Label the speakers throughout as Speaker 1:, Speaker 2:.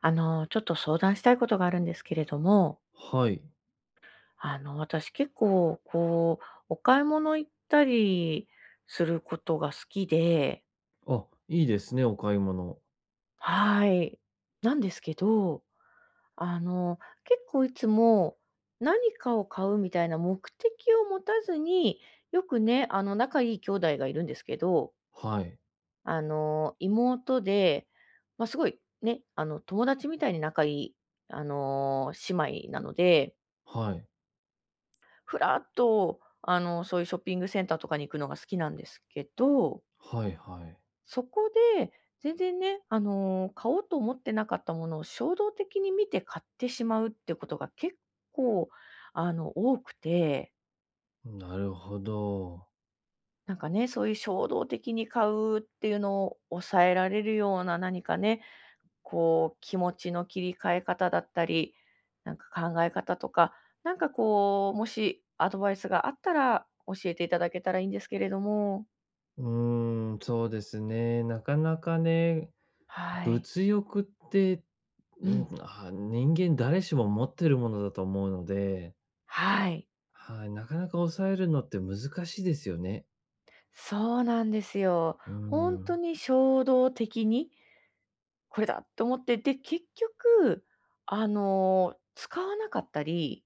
Speaker 1: ちょっと相談したいことがあるんですけれども、
Speaker 2: はい。
Speaker 1: 私結構、こう、お買い物行ったりすることが好きで、
Speaker 2: あ、いいですね、お買い物。
Speaker 1: はい。なんですけど、あの、結構いつも何かを買うみたいな目的を持たずに、よくね、仲いい兄弟がいるんですけど、
Speaker 2: はい。
Speaker 1: 妹で、まあ、すごいね、友達みたいに仲いい、姉妹なので、
Speaker 2: はい。
Speaker 1: ふらっと、そういうショッピングセンターとかに行くのが好きなんですけど、
Speaker 2: はいはい。
Speaker 1: そこで全然ね、買おうと思ってなかったものを衝動的に見て買ってしまうってことが結構、多くて、
Speaker 2: なるほど。
Speaker 1: なんかね、そういう衝動的に買うっていうのを抑えられるような何かね、こう気持ちの切り替え方だったり、なんか考え方とか、なんかこう、もしアドバイスがあったら教えていただけたらいいんですけれども。
Speaker 2: うーん、そうですね。なかなかね、
Speaker 1: はい。
Speaker 2: 物欲って、
Speaker 1: う
Speaker 2: うん、
Speaker 1: ん。
Speaker 2: あ、人間誰しも持ってるものだと思うので、
Speaker 1: はい。
Speaker 2: はい、なかなか抑えるのって難しいですよね。
Speaker 1: そうなんですよ。
Speaker 2: うー
Speaker 1: 本当
Speaker 2: ん。
Speaker 1: に衝動的に、これだと思って、で、結局、使わなかったり。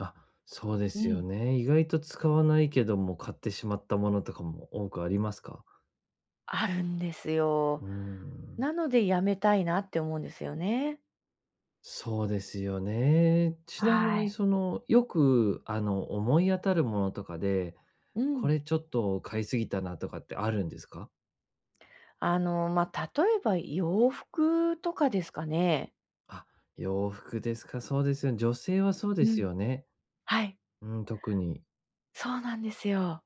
Speaker 2: あ、そうで
Speaker 1: う
Speaker 2: すよ
Speaker 1: ん。
Speaker 2: ね。意外と使わないけども買ってしまったものとかも多くありますか？
Speaker 1: あるんですよ。
Speaker 2: うーん。
Speaker 1: なのでやめたいなって思うんですよね。
Speaker 2: そうですよね。ちなみ
Speaker 1: は
Speaker 2: に
Speaker 1: い。
Speaker 2: その、よく、思い当たるものとかで、
Speaker 1: う
Speaker 2: こ
Speaker 1: ん。
Speaker 2: れちょっと買いすぎたなとかってあるんですか？
Speaker 1: 例えば洋服とかですかね。
Speaker 2: あ、洋服ですか、そうですよね。女性はそうで
Speaker 1: う
Speaker 2: す
Speaker 1: ん。
Speaker 2: よね。
Speaker 1: はい、
Speaker 2: うん、特に。
Speaker 1: そうなんですよ。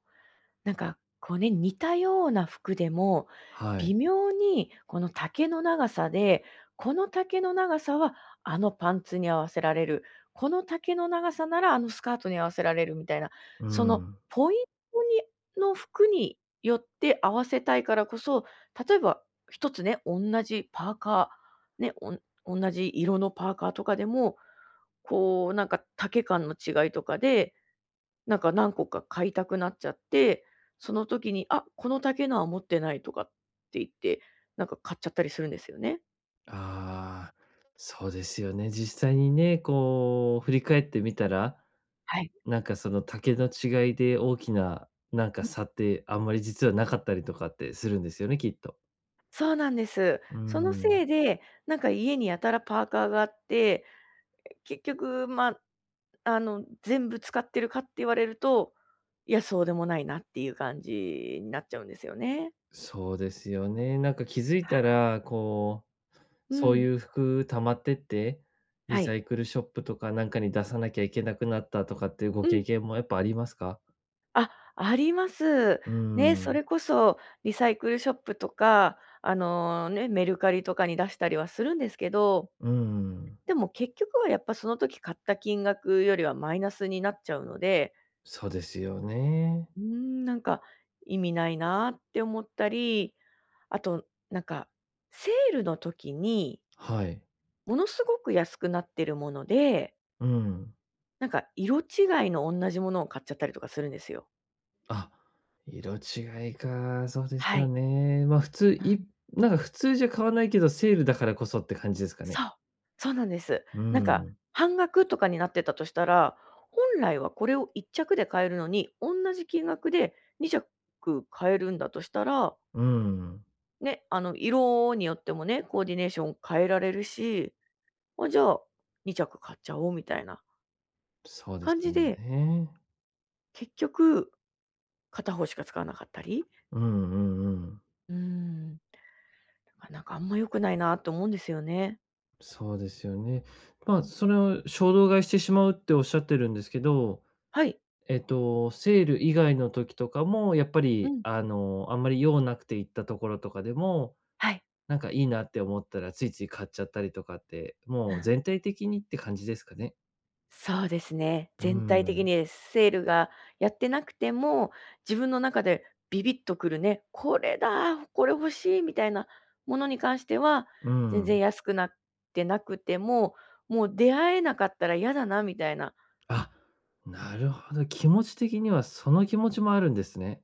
Speaker 1: なんか、こうね、似たような服でも、
Speaker 2: はい。
Speaker 1: 微妙にこの丈の長さで、この丈の長さはあのパンツに合わせられる、この丈の長さならあのスカートに合わせられるみたいな、
Speaker 2: う
Speaker 1: その
Speaker 2: ん。
Speaker 1: ポイントにの服によって合わせたいからこそ、例えば一つね、同じパーカー、ね、同じ色のパーカーとかでも、こうなんか丈感の違いとかでなんか何個か買いたくなっちゃって、その時に、あ、この丈のは持ってないとかって言って、なんか買っちゃったりするんですよね。
Speaker 2: ああ、そうですよね。実際にね、こう振り返ってみたら、
Speaker 1: はい、
Speaker 2: なんかその丈の違いで大きな、なんか差ってあんまり実はなかったりとかってするんですよね、きっと。
Speaker 1: そうなんです。
Speaker 2: う
Speaker 1: そのせ
Speaker 2: ん。
Speaker 1: いで、なんか家にやたらパーカーがあって、結局、まあ、全部使ってるかって言われると、いや、そうでもないなっていう感じになっちゃうんですよね。
Speaker 2: そうですよね。なんか気づいたら、こう、
Speaker 1: う
Speaker 2: そうい
Speaker 1: ん。
Speaker 2: う服溜まってって、リ
Speaker 1: は
Speaker 2: サ
Speaker 1: い。
Speaker 2: イクルショップとかなんかに出さなきゃいけなくなったとかっていうご
Speaker 1: う
Speaker 2: 経
Speaker 1: ん。
Speaker 2: 験もやっぱありますか？
Speaker 1: あ、あります。
Speaker 2: うー
Speaker 1: ね、そ
Speaker 2: ん、
Speaker 1: れこそリサイクルショップとか、ね、メルカリとかに出したりはするんですけど、
Speaker 2: うん、
Speaker 1: でも結局はやっぱその時買った金額よりはマイナスになっちゃうので、
Speaker 2: そうですよね。
Speaker 1: うーん、なんか意味ないなって思ったり、あとなんかセールの時に
Speaker 2: はい。
Speaker 1: ものすごく安くなってるもので、
Speaker 2: うん。
Speaker 1: なんか色違いの同じものを買っちゃったりとかするんですよ。
Speaker 2: あ、色違いか、そうです
Speaker 1: は
Speaker 2: よ
Speaker 1: い。
Speaker 2: ね。ま、普通
Speaker 1: うん。
Speaker 2: いなんか普通じゃ買わないけど、セールだからこそって感じですかね。
Speaker 1: そう、そうなんです。
Speaker 2: う
Speaker 1: なんか
Speaker 2: ん、
Speaker 1: 半額とかになってたとしたら、本来はこれを1着で買えるのに、同じ金額で2着買えるんだとしたら、
Speaker 2: うん、
Speaker 1: ね、あの色によってもね、コーディネーション変えられるし、あ、じゃあ2着買っちゃおうみたいな
Speaker 2: そうです
Speaker 1: 感じ
Speaker 2: よ
Speaker 1: で、
Speaker 2: ね。
Speaker 1: 結局片方しか使わなかったり、
Speaker 2: うんうんうん。
Speaker 1: うーん、なんかあんま良くないなと思うんですよね。
Speaker 2: そうですよね。まあ、それを衝動買いしてしまうっておっしゃってるんですけど、
Speaker 1: はい。
Speaker 2: セール以外の時とかも、やっぱ
Speaker 1: う
Speaker 2: り、
Speaker 1: ん。
Speaker 2: あんまり用なくて行ったところとかでも、
Speaker 1: はい。
Speaker 2: なんかいいなって思ったらついつい買っちゃったりとかって、
Speaker 1: う
Speaker 2: もう
Speaker 1: ん。
Speaker 2: 全体的にって感じですかね。
Speaker 1: そうですね。
Speaker 2: う
Speaker 1: 全体的
Speaker 2: ん。
Speaker 1: にセールがやってなくても、自分の中でビビッとくるね、これだ、これ欲しいみたいなものに関しては、
Speaker 2: う
Speaker 1: 全然
Speaker 2: ん。
Speaker 1: 安くなってなくても、もう出会えなかったら嫌だなみたいな。
Speaker 2: あ、なるほど。気持ち的にはその気持ちもあるんですね。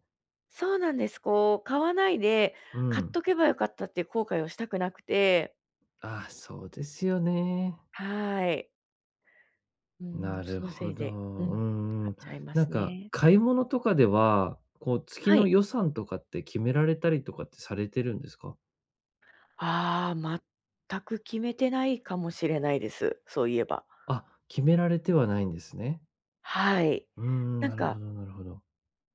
Speaker 1: そうなんです。こう買わないで、
Speaker 2: う
Speaker 1: 買っ
Speaker 2: ん。
Speaker 1: とけばよかったっていう後悔をしたくなくて、
Speaker 2: あ、そうですよね。
Speaker 1: はい。うん、
Speaker 2: なる
Speaker 1: そのせ
Speaker 2: ほ
Speaker 1: い
Speaker 2: ど。
Speaker 1: で、うん、
Speaker 2: うんう
Speaker 1: 買っ
Speaker 2: ん。
Speaker 1: ちゃいま
Speaker 2: なん
Speaker 1: す
Speaker 2: か、
Speaker 1: ね。
Speaker 2: 買い物とかでは、こう、月
Speaker 1: は
Speaker 2: の
Speaker 1: い。
Speaker 2: 予算とかって決められたりとかってされてるんですか？
Speaker 1: ああ、全く決めてないかもしれないです。そういえば。
Speaker 2: あ、決められてはないんですね。
Speaker 1: はい。
Speaker 2: うん、
Speaker 1: なん
Speaker 2: なるほ
Speaker 1: か、
Speaker 2: どなるほど。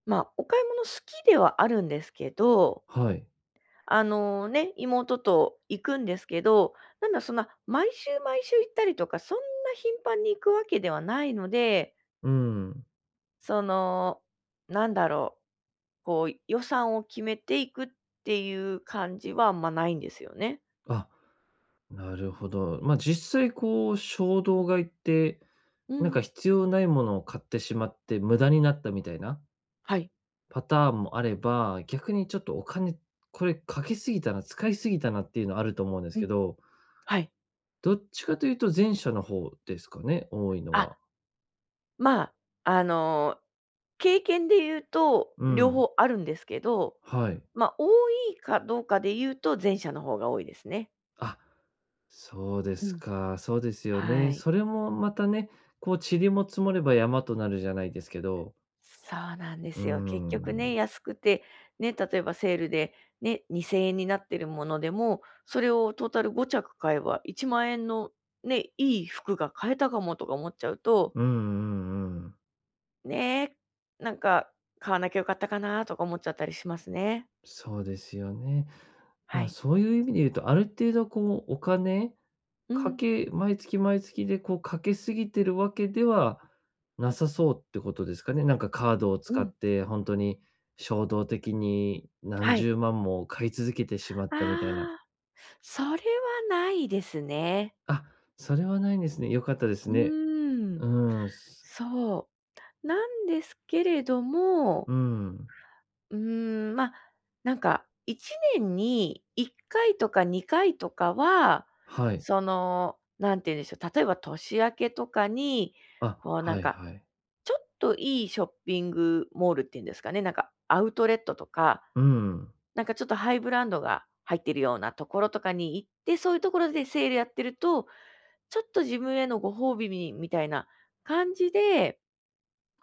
Speaker 1: まあ、お買い物好きではあるんですけど、
Speaker 2: はい。
Speaker 1: あのね、妹と行くんですけど、なんだそんな毎週毎週行ったりとか、そんな頻繁に行くわけではないので、
Speaker 2: うん。
Speaker 1: その、なんだろう、こう予算を決めていくっていう感じはあんまないんですよね。
Speaker 2: あ、なるほど。まあ、実際こう、衝動買いって、
Speaker 1: う
Speaker 2: なんか
Speaker 1: ん。
Speaker 2: 必要ないものを買ってしまって無駄になったみたいな
Speaker 1: はい。
Speaker 2: パターンもあれば、逆にちょっとお金、これかけすぎたな、使いすぎたなっていうのあると思うんです
Speaker 1: う
Speaker 2: け
Speaker 1: ん。
Speaker 2: ど、
Speaker 1: はい。
Speaker 2: どっちかというと前者の方ですかね、多いの
Speaker 1: あ、
Speaker 2: は。
Speaker 1: まあ、あの、経験で言うと、
Speaker 2: う
Speaker 1: 両
Speaker 2: ん、
Speaker 1: 方あるんですけど、
Speaker 2: はい。
Speaker 1: まあ、多いかどうかで言うと、前者の方が多いですね。
Speaker 2: あ、そうで
Speaker 1: う
Speaker 2: す
Speaker 1: ん。
Speaker 2: か、そうですよ
Speaker 1: は
Speaker 2: ね。
Speaker 1: い。
Speaker 2: それもまたね、こう塵も積もれば山となるじゃないですけど、
Speaker 1: そうなんで
Speaker 2: うー
Speaker 1: すよ。結局ね、
Speaker 2: ん。
Speaker 1: 安くて、ね、例えばセールでね、2000円になってるものでも、それをトータル5着買えば1万円のね、いい服が買えたかもとか思っちゃうと、
Speaker 2: うんうんうん。
Speaker 1: ね、なんか買わなきゃよかったかなとか思っちゃったりしますね。
Speaker 2: そうですよね。
Speaker 1: は
Speaker 2: まあ、
Speaker 1: い。
Speaker 2: そういう意味で言うと、ある程度こうお金
Speaker 1: うん。
Speaker 2: 毎月毎月でこうかけすぎてるわけではなさそうってことですかね？なんかカードを
Speaker 1: う
Speaker 2: 使っ
Speaker 1: ん。
Speaker 2: て本当に衝動的に何
Speaker 1: はい。
Speaker 2: 十万も買い続けてしまったみたいな。
Speaker 1: ああ、それはないですね。
Speaker 2: あ、それはないんですね。よかったです
Speaker 1: う
Speaker 2: ね。
Speaker 1: ーん、
Speaker 2: うーん、
Speaker 1: そう。なんですけれども、
Speaker 2: うん。
Speaker 1: うーん、まあ、なんか1年に1回とか2回とかは、
Speaker 2: はい。
Speaker 1: その、なんて言うんでしょう、例えば年明けとかに、
Speaker 2: あ、
Speaker 1: こうなん
Speaker 2: はい
Speaker 1: か、
Speaker 2: はい。
Speaker 1: ちょっといいショッピングモールっていうんですかね、なんかアウトレットとか、
Speaker 2: うん。
Speaker 1: なんかちょっとハイブランドが入ってるようなところとかに行って、そういうところでセールやってると、ちょっと自分へのご褒美にみたいな感じで、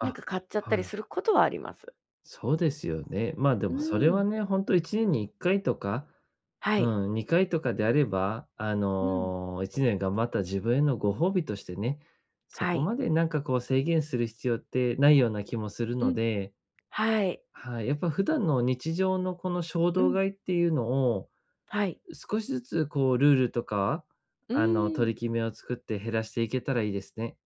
Speaker 1: なんか買っちゃっ
Speaker 2: は
Speaker 1: た
Speaker 2: い
Speaker 1: り
Speaker 2: はい。
Speaker 1: することはあります。
Speaker 2: そうですよね。まあ、で
Speaker 1: う
Speaker 2: もそれ
Speaker 1: ー
Speaker 2: は
Speaker 1: ん。
Speaker 2: ね、本当と1年に1回とか、
Speaker 1: はい。
Speaker 2: うん、2回とかであれば、
Speaker 1: うん。
Speaker 2: 1年頑張った自分へのご褒美としてね、そ
Speaker 1: は
Speaker 2: こ
Speaker 1: い。
Speaker 2: までなんかこう制限する必要ってないような気もする
Speaker 1: う
Speaker 2: の
Speaker 1: ん。
Speaker 2: で、
Speaker 1: はい。
Speaker 2: はい、やっぱ普段の日常のこの衝
Speaker 1: う
Speaker 2: 動
Speaker 1: ん。
Speaker 2: 買いっていうのを、
Speaker 1: はい。
Speaker 2: 少しずつこうルールとか、
Speaker 1: うーん。
Speaker 2: 取り決めを作って減らしていけたらいいですね。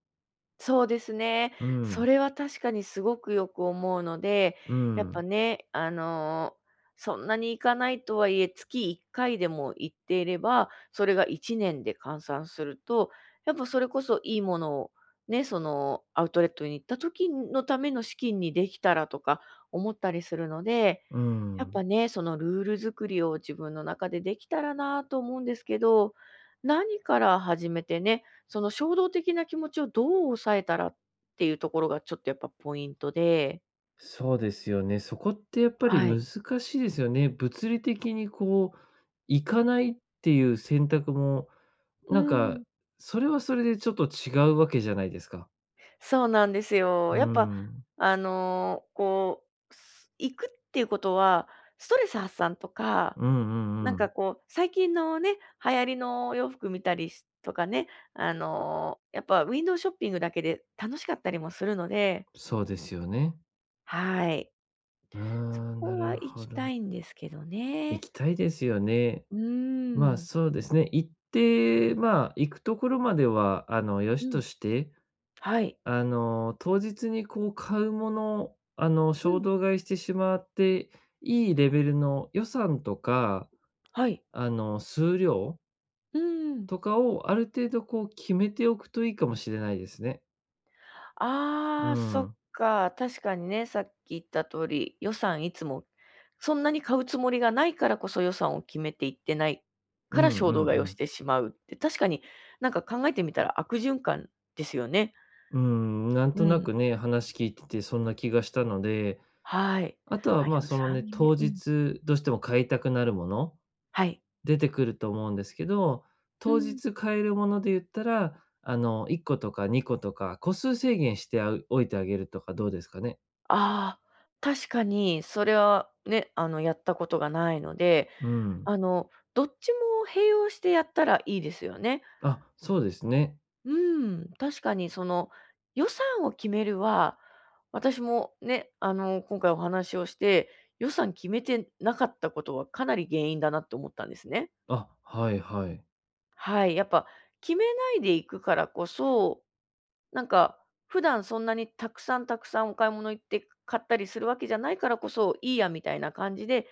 Speaker 1: そうですね。
Speaker 2: う
Speaker 1: そ
Speaker 2: ん、
Speaker 1: れは確かにすごくよく思うので、
Speaker 2: う
Speaker 1: やっぱ
Speaker 2: ん、
Speaker 1: ね、そんなに行かないとはいえ、月1回でも行っていれば、それが1年で換算すると、やっぱそれこそいいものをね、そのアウトレットに行った時のための資金にできたらとか思ったりするので、
Speaker 2: う
Speaker 1: やっ
Speaker 2: ん。
Speaker 1: ぱね、そのルール作りを自分の中でできたらなと思うんですけど、何から始めてね、その衝動的な気持ちをどう抑えたらっていうところがちょっとやっぱポイントで。
Speaker 2: そうですよね。そこってやっぱり
Speaker 1: はい。
Speaker 2: 難しいですよね。物理的にこう、行かないっていう選択も
Speaker 1: う
Speaker 2: なんか、
Speaker 1: ん。
Speaker 2: それはそれでちょっと違うわけじゃないですか。
Speaker 1: そうなんですよ。
Speaker 2: う
Speaker 1: やっぱ、
Speaker 2: ん。
Speaker 1: こう、行くっていうことは、ストレス発散とか、
Speaker 2: うんう
Speaker 1: な
Speaker 2: ん
Speaker 1: ん
Speaker 2: う
Speaker 1: か
Speaker 2: ん。
Speaker 1: こう、最近のね、流行りのお洋服見たりしとかね、やっぱウィンドウショッピングだけで楽しかったりもするので、
Speaker 2: そうですよね。
Speaker 1: はい。
Speaker 2: あ
Speaker 1: そ
Speaker 2: あ、な
Speaker 1: こは
Speaker 2: る
Speaker 1: 行
Speaker 2: ほ
Speaker 1: きた
Speaker 2: ど。
Speaker 1: いんですけど
Speaker 2: 行
Speaker 1: ね。
Speaker 2: きたいですよね。
Speaker 1: うー
Speaker 2: まあ、
Speaker 1: ん。
Speaker 2: そうですね。行って、まあ、行くところまでは、良し
Speaker 1: う
Speaker 2: と
Speaker 1: ん。
Speaker 2: して、
Speaker 1: はい。
Speaker 2: 当日にこう買うもの、
Speaker 1: う
Speaker 2: 衝
Speaker 1: ん。
Speaker 2: 動買いしてしまって、いいレベルの予算とか、
Speaker 1: はい。
Speaker 2: 数量
Speaker 1: うーん。
Speaker 2: とかをある程度こう決めておくといいかもしれないですね。う
Speaker 1: ああ、そっ
Speaker 2: ん。
Speaker 1: か、確かにね、さっき言った通り、予算いつもそんなに買うつもりがないからこそ予算を決めていってない
Speaker 2: う
Speaker 1: から
Speaker 2: ん
Speaker 1: 衝
Speaker 2: う
Speaker 1: 動
Speaker 2: ん
Speaker 1: 買い
Speaker 2: う
Speaker 1: をし
Speaker 2: ん。
Speaker 1: てしまうって、確かになんか考えてみたら悪循環ですよね。
Speaker 2: うん、なん
Speaker 1: う
Speaker 2: とな
Speaker 1: ん、
Speaker 2: くね、話聞いててそんな気がしたので、
Speaker 1: はい。
Speaker 2: あとは、
Speaker 1: あ、予
Speaker 2: まあ、その
Speaker 1: 算
Speaker 2: ね、
Speaker 1: 決め
Speaker 2: 当
Speaker 1: うん、
Speaker 2: 日どうしても買いたくなるもの、
Speaker 1: はい。
Speaker 2: 出てくると思うんですけど、
Speaker 1: う
Speaker 2: 当
Speaker 1: ん。
Speaker 2: 日買えるもので言ったら、1個とか2個とか、個数制限してあおいてあげるとかどうですかね？
Speaker 1: ああ、確かにそれはね、やったことがないので、
Speaker 2: うん。
Speaker 1: どっちも併用してやったらいいですよね。
Speaker 2: あ、そうですね。
Speaker 1: うん、確かにその予算を決めるは、私もね、今回お話をして、予算決めてなかったことはかなり原因だなって思ったんですね。
Speaker 2: あ、はいはい。
Speaker 1: はい、やっぱ決めないでいくからこそ、なんか普段そんなにたくさんお買い物行って買ったりするわけじゃないからこそ、いいやみたいな感じで、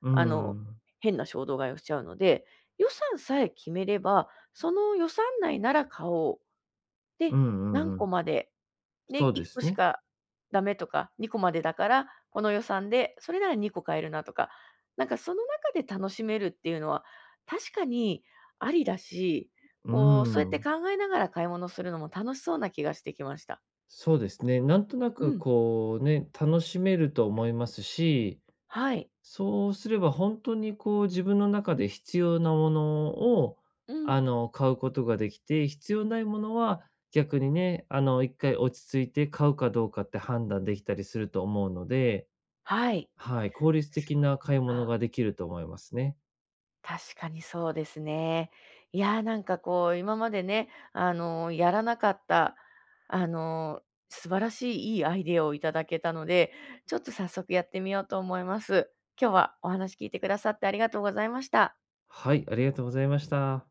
Speaker 2: う
Speaker 1: あの、
Speaker 2: ん。
Speaker 1: 変な衝動買いをしちゃうので、予算さえ決めれば、その予算内なら買おうで、
Speaker 2: うんう
Speaker 1: 何
Speaker 2: んう
Speaker 1: 個
Speaker 2: ん。
Speaker 1: まで、で、
Speaker 2: そうで
Speaker 1: 1個
Speaker 2: す
Speaker 1: し
Speaker 2: ね。
Speaker 1: かダメとか、2個までだから、この予算で、それなら2個買えるなとか、なんかその中で楽しめるっていうのは、確かにありだし、
Speaker 2: う
Speaker 1: こう、そうやって
Speaker 2: ん。
Speaker 1: 考えながら買い物するのも楽しそうな気がしてきました。
Speaker 2: そうですね。なんとな
Speaker 1: う
Speaker 2: く
Speaker 1: ん、
Speaker 2: こうね、楽しめると思いますし、
Speaker 1: はい。
Speaker 2: そうすれば本当にこう自分の中で必要なものを、
Speaker 1: うん、
Speaker 2: 買うことができて、必要ないものは逆にね、一回落ち着いて買うかどうかって判断できたりすると思うので、
Speaker 1: はい。
Speaker 2: はい、効率的な買い物ができると思いますね。
Speaker 1: 確かにそうですね。いやー、なんかこう、今までね、やらなかった、あの、素晴らしいいいアイデアをいただけたので、ちょっと早速やってみようと思います。今日はお話聞いてくださってありがとうございました。
Speaker 2: はい、ありがとうございました。